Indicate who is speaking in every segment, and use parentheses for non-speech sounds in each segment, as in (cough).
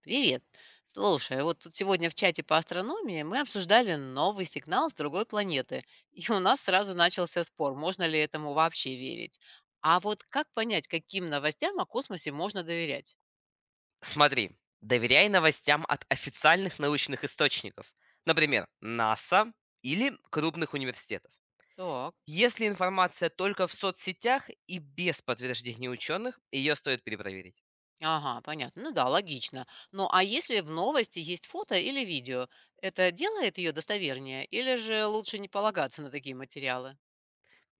Speaker 1: Привет. Слушай, а вот тут сегодня в чате по астрономии мы обсуждали новый сигнал с другой планеты. И у нас сразу начался спор, можно ли этому вообще верить. А вот как понять, каким новостям о космосе можно доверять?
Speaker 2: Смотри, доверяй новостям от официальных научных источников, например, НАСА или крупных университетов.
Speaker 1: Так.
Speaker 2: Если информация только в соцсетях и без подтверждения ученых, ее стоит перепроверить.
Speaker 1: Ага, понятно. Ну да, логично. Ну а если в новости есть фото или видео, это делает ее достовернее или же лучше не полагаться на такие материалы?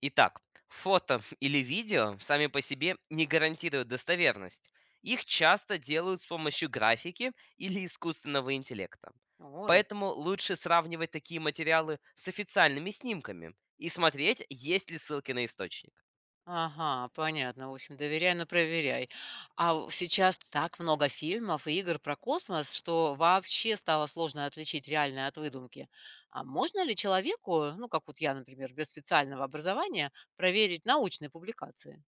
Speaker 2: Итак, фото (laughs) или видео сами по себе не гарантируют достоверность. Их часто делают с помощью графики или искусственного интеллекта.
Speaker 1: Ой.
Speaker 2: Поэтому лучше сравнивать такие материалы с официальными снимками и смотреть, есть ли ссылки на источник.
Speaker 1: Ага, понятно. В общем, доверяй, но проверяй. Сейчас так много фильмов и игр про космос, что вообще стало сложно отличить реальное от выдумки. А можно ли человеку, ну, как вот я, например, без специального образования, проверить научные публикации?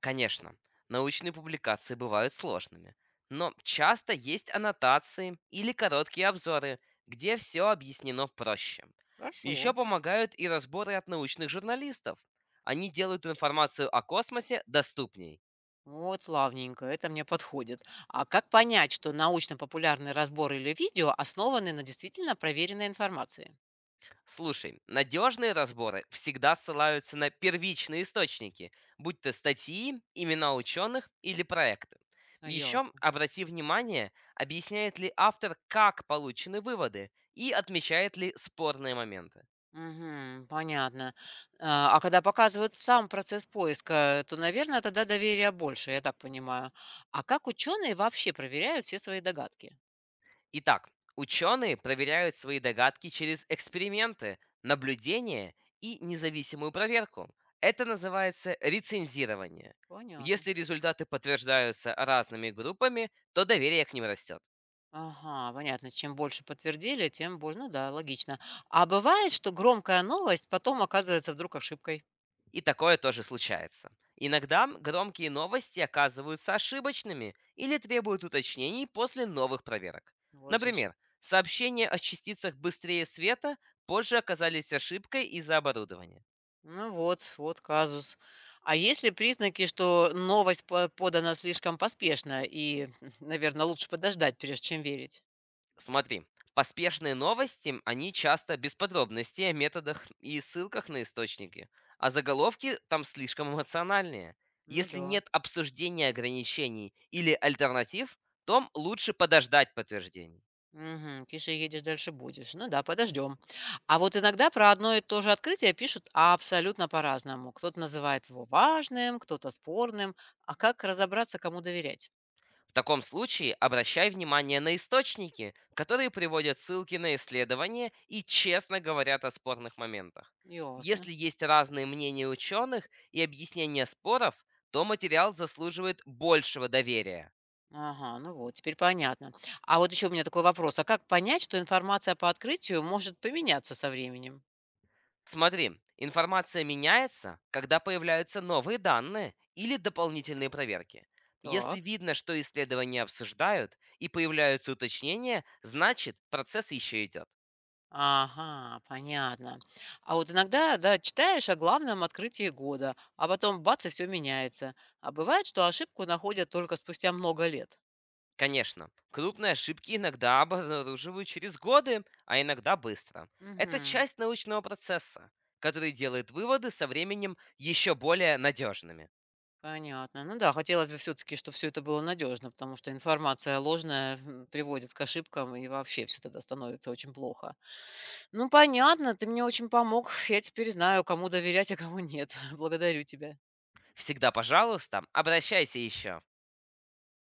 Speaker 2: Конечно, научные публикации бывают сложными, но часто есть аннотации или короткие обзоры, где все объяснено проще. Еще
Speaker 1: Хорошо.
Speaker 2: помогают и разборы от научных журналистов. Они делают информацию о космосе доступней.
Speaker 1: Вот, славненько, это мне подходит. А как понять, что научно-популярный разбор или видео основаны на действительно проверенной информации?
Speaker 2: Слушай, надежные разборы всегда ссылаются на первичные источники, будь то статьи, имена ученых или проекты.
Speaker 1: Ну,
Speaker 2: Еще
Speaker 1: ясно.
Speaker 2: обрати внимание, объясняет ли автор, как получены выводы и отмечает ли спорные моменты.
Speaker 1: Мгм. Понятно. А когда показывают сам процесс поиска, то, наверное, тогда доверия больше, я так понимаю. А как ученые вообще проверяют все свои догадки?
Speaker 2: Итак, ученые проверяют свои догадки через эксперименты, наблюдения и независимую проверку. Это называется рецензирование.
Speaker 1: Понятно.
Speaker 2: Если результаты подтверждаются разными группами, то доверие к ним растет.
Speaker 1: Ага, понятно. Чем больше подтвердили, тем больше. Ну да, логично. А бывает, что громкая новость потом оказывается вдруг ошибкой.
Speaker 2: И такое тоже случается. Иногда громкие новости оказываются ошибочными или требуют уточнений после новых проверок.
Speaker 1: Вот же ж.
Speaker 2: Например, сообщения о частицах быстрее света позже оказались ошибкой из-за оборудования.
Speaker 1: Ну вот, вот казус. А есть ли признаки, что новость подана слишком поспешно и, (laughs) наверное, лучше подождать, прежде чем верить?
Speaker 2: Смотри, поспешные новости, они часто без подробностей о методах и ссылках на источники, а заголовки там слишком эмоциональные.
Speaker 1: Ну
Speaker 2: Если
Speaker 1: да.
Speaker 2: нет обсуждения ограничений или альтернатив, то лучше подождать подтверждений.
Speaker 1: Мгм. Тише едешь, дальше будешь. Ну да, подождем. А вот иногда про одно и то же открытие пишут абсолютно по-разному. Кто-то называет его важным, кто-то спорным. А как разобраться, кому доверять?
Speaker 2: В таком случае обращай внимание на источники, которые приводят ссылки на исследования и честно говорят о спорных моментах.
Speaker 1: Ясно.
Speaker 2: Если есть разные мнения ученых и объяснения споров, то материал заслуживает большего доверия.
Speaker 1: Ага, ну вот, теперь понятно. А вот еще у меня такой вопрос. А как понять, что информация по открытию может поменяться со временем?
Speaker 2: Смотри, информация меняется, когда появляются новые данные или дополнительные проверки. Если
Speaker 1: Так.
Speaker 2: видно, что исследования обсуждают и появляются уточнения, значит процесс еще идет.
Speaker 1: Ага, понятно. А вот иногда, да, читаешь о главном открытии года, а потом бац, и все меняется. А бывает, что ошибку находят только спустя много лет.
Speaker 2: Конечно, крупные ошибки иногда обнаруживают через годы, а иногда быстро. Это
Speaker 1: Угу,
Speaker 2: часть научного процесса, который делает выводы со временем еще более надежными.
Speaker 1: понятно. Ну да, хотелось бы все-таки, чтобы все это было надежно, потому что информация ложная приводит к ошибкам, и вообще все тогда становится очень плохо. Ну, понятно, ты мне очень помог. Я теперь знаю, кому доверять, а кому нет. (laughs) Благодарю тебя.
Speaker 2: Всегда, пожалуйста, обращайся еще.